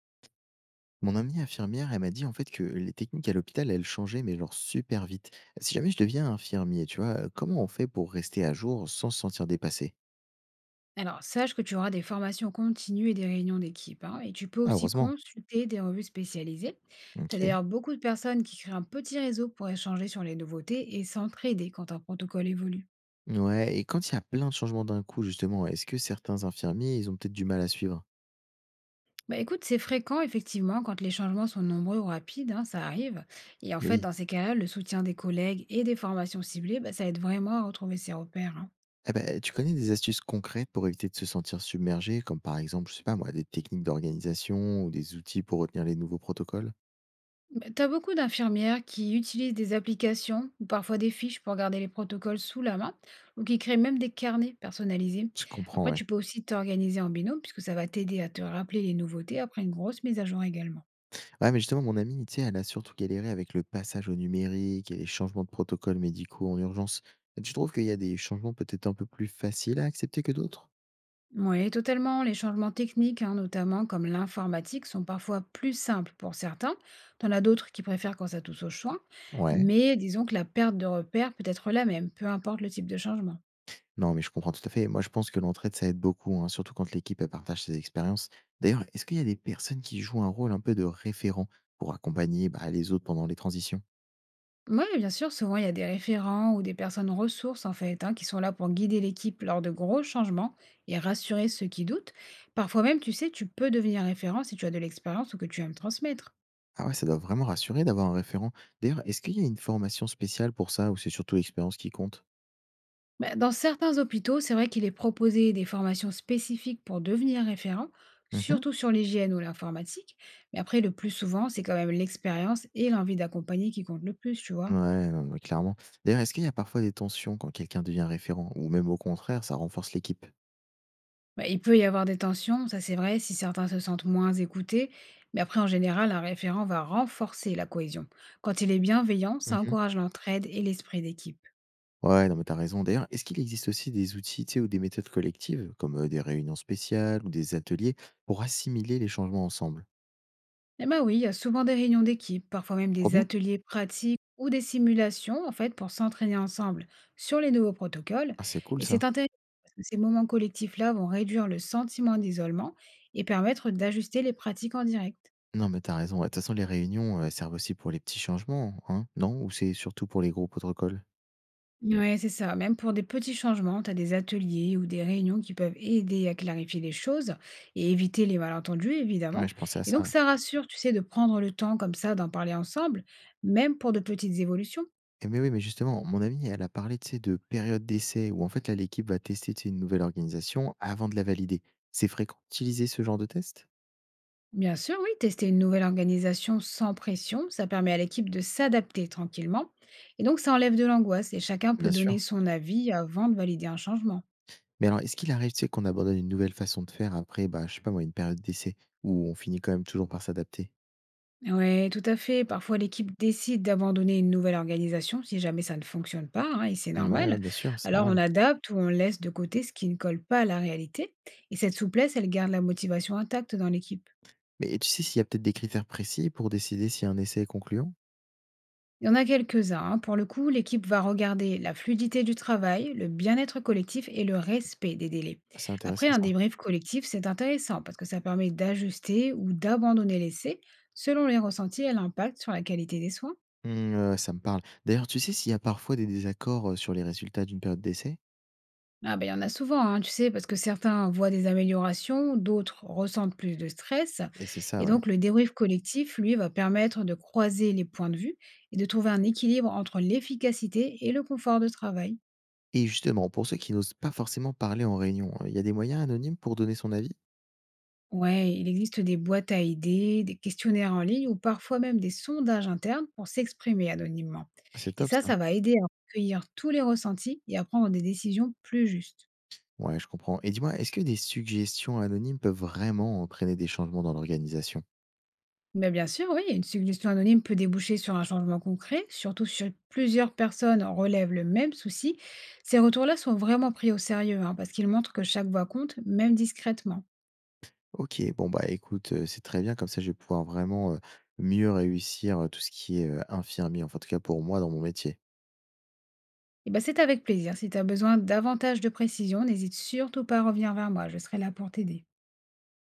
Mon amie infirmière, elle m'a dit en fait que les techniques à l'hôpital, elles changeaient, mais genre super vite. Si jamais je deviens infirmier, tu vois, comment on fait pour rester à jour sans se sentir dépassé? Alors, sache que tu auras des formations continues et des réunions d'équipe, hein, et tu peux Ah, aussi heureusement. consulter des revues spécialisées. Tu Ok. as d'ailleurs beaucoup de personnes qui créent un petit réseau pour échanger sur les nouveautés et s'entraider quand un protocole évolue. Ouais, et quand il y a plein de changements d'un coup, justement, est-ce que certains infirmiers, ils ont peut-être du mal à suivre? Bah, écoute, c'est fréquent, effectivement, quand les changements sont nombreux ou rapides, hein, ça arrive. Et en Eh fait, oui. dans ces cas-là, le soutien des collègues et des formations ciblées, bah, ça aide vraiment à retrouver ses repères, hein. Ah bah, tu connais des astuces concrètes pour éviter de se sentir submergé, comme par exemple, je sais pas moi, des techniques d'organisation ou des outils pour retenir les nouveaux protocoles? Bah, t'as beaucoup d'infirmières qui utilisent des applications ou parfois des fiches pour garder les protocoles sous la main ou qui créent même des carnets personnalisés. Je comprends, Après, ouais. tu peux aussi t'organiser en binôme puisque ça va t'aider à te rappeler les nouveautés après une grosse mise à jour également. Ouais, mais justement, mon amie, tu sais, elle a surtout galéré avec le passage au numérique et les changements de protocoles médicaux en urgence. Tu trouves qu'il y a des changements peut-être un peu plus faciles à accepter que d'autres? Oui, totalement. Les changements techniques, hein, notamment comme l'informatique, sont parfois plus simples pour certains. T'en as d'autres qui préfèrent quand ça touche aux soins. Ouais. Mais disons que la perte de repères peut être la même, peu importe le type de changement. Non, mais je comprends tout à fait. Moi, je pense que l'entraide, ça aide beaucoup, hein, surtout quand l'équipe elle partage ses expériences. D'ailleurs, est-ce qu'il y a des personnes qui jouent un rôle un peu de référent pour accompagner bah, les autres pendant les transitions? Ouais, bien sûr, souvent il y a des référents ou des personnes ressources en fait, hein, qui sont là pour guider l'équipe lors de gros changements et rassurer ceux qui doutent. Parfois même, tu sais, tu peux devenir référent si tu as de l'expérience ou que tu aimes transmettre. Ah ouais, ça doit vraiment rassurer d'avoir un référent. D'ailleurs, est-ce qu'il y a une formation spéciale pour ça ou c'est surtout l'expérience qui compte? Bah, dans certains hôpitaux, c'est vrai qu'il est proposé des formations spécifiques pour devenir référent, Mhm. surtout sur l'hygiène ou l'informatique. Mais après, le plus souvent, c'est quand même l'expérience et l'envie d'accompagner qui comptent le plus, tu vois. Ouais, non, mais clairement. D'ailleurs, est-ce qu'il y a parfois des tensions quand quelqu'un devient référent ou même au contraire, ça renforce l'équipe? Bah, il peut y avoir des tensions, ça c'est vrai, si certains se sentent moins écoutés, mais après en général, un référent va renforcer la cohésion. Quand il est bienveillant, ça Mhm. encourage l'entraide et l'esprit d'équipe. Ouais, non, mais t'as raison. D'ailleurs, est-ce qu'il existe aussi des outils, tu sais, ou des méthodes collectives, comme des réunions spéciales ou des ateliers, pour assimiler les changements ensemble? Eh ben oui, il y a souvent des réunions d'équipe, parfois même Trop des bien. ateliers pratiques ou des simulations en fait pour s'entraîner ensemble sur les nouveaux protocoles. Ah, c'est cool Et c'est ça. intéressant parce que ces moments collectifs-là vont réduire le sentiment d'isolement et permettre d'ajuster les pratiques en direct. Non, mais t'as raison. Ouais, de toute façon, les réunions, servent aussi pour les petits changements, hein, non? Ou c'est surtout pour les gros protocoles? Ouais, c'est ça. Même pour des petits changements, tu as des ateliers ou des réunions qui peuvent aider à clarifier les choses et éviter les malentendus, Ouais, évidemment. je pensais à Et donc, ça. ça rassure, tu sais, de prendre le temps comme ça d'en parler ensemble, même pour de petites évolutions. Et mais oui, mais justement, mon amie, elle a parlé, tu sais, de période d'essai où en fait, là, l'équipe va tester, tu sais, une nouvelle organisation avant de la valider. C'est fréquent d'utiliser ce genre de test? Bien sûr, oui, tester une nouvelle organisation sans pression, ça permet à l'équipe de s'adapter tranquillement. Et donc, ça enlève de l'angoisse et chacun Bien peut donner sûr. son avis avant de valider un changement. Mais alors, est-ce qu'il arrive, tu sais, qu'on abandonne une nouvelle façon de faire après, bah, je sais pas moi, une période d'essai où on finit quand même toujours par s'adapter? Ouais, tout à fait. Parfois, l'équipe décide d'abandonner une nouvelle organisation si jamais ça ne fonctionne pas, hein, et c'est Mm, ouais, ouais, normal. bien sûr, c'est Alors, on normal. adapte ou on laisse de côté ce qui ne colle pas à la réalité. Et cette souplesse, elle garde la motivation intacte dans l'équipe. Mais tu sais s'il y a peut-être des critères précis pour décider si un essai est concluant? Il y en a quelques-uns, hein. Pour le coup, l'équipe va regarder la fluidité du travail, le bien-être collectif et le respect des délais. C'est Après, intéressant un ça. débrief collectif, c'est intéressant parce que ça permet d'ajuster ou d'abandonner l'essai selon les ressentis et l'impact sur la qualité des soins. Mm, ça me parle. D'ailleurs, tu sais s'il y a parfois des désaccords sur les résultats d'une période d'essai? Ah ben il y en a souvent, hein, tu sais, parce que certains voient des améliorations, d'autres ressentent plus de stress. Et c'est ça, Et ouais. donc, le débrief collectif, lui, va permettre de croiser les points de vue et de trouver un équilibre entre l'efficacité et le confort de travail. Et justement, pour ceux qui n'osent pas forcément parler en réunion, il y a des moyens anonymes pour donner son avis? Ouais, il existe des boîtes à idées, des questionnaires en ligne ou parfois même des sondages internes pour s'exprimer anonymement. C'est Et top ça, ça. ça va aider à recueillir tous les ressentis et à prendre des décisions plus justes. Ouais, je comprends. Et dis-moi, est-ce que des suggestions anonymes peuvent vraiment entraîner des changements dans l'organisation? Mais bien sûr, oui, une suggestion anonyme peut déboucher sur un changement concret, surtout si plusieurs personnes relèvent le même souci. Ces retours-là sont vraiment pris au sérieux, hein, parce qu'ils montrent que chaque voix compte, même discrètement. OK, bon, bah, écoute, c'est très bien comme ça, je vais pouvoir vraiment, mieux réussir, tout ce qui est, infirmier, enfin, en tout cas pour moi dans mon métier. Et ben c'est avec plaisir. Si tu as besoin davantage de précision, n'hésite surtout pas à revenir vers moi, je serai là pour t'aider.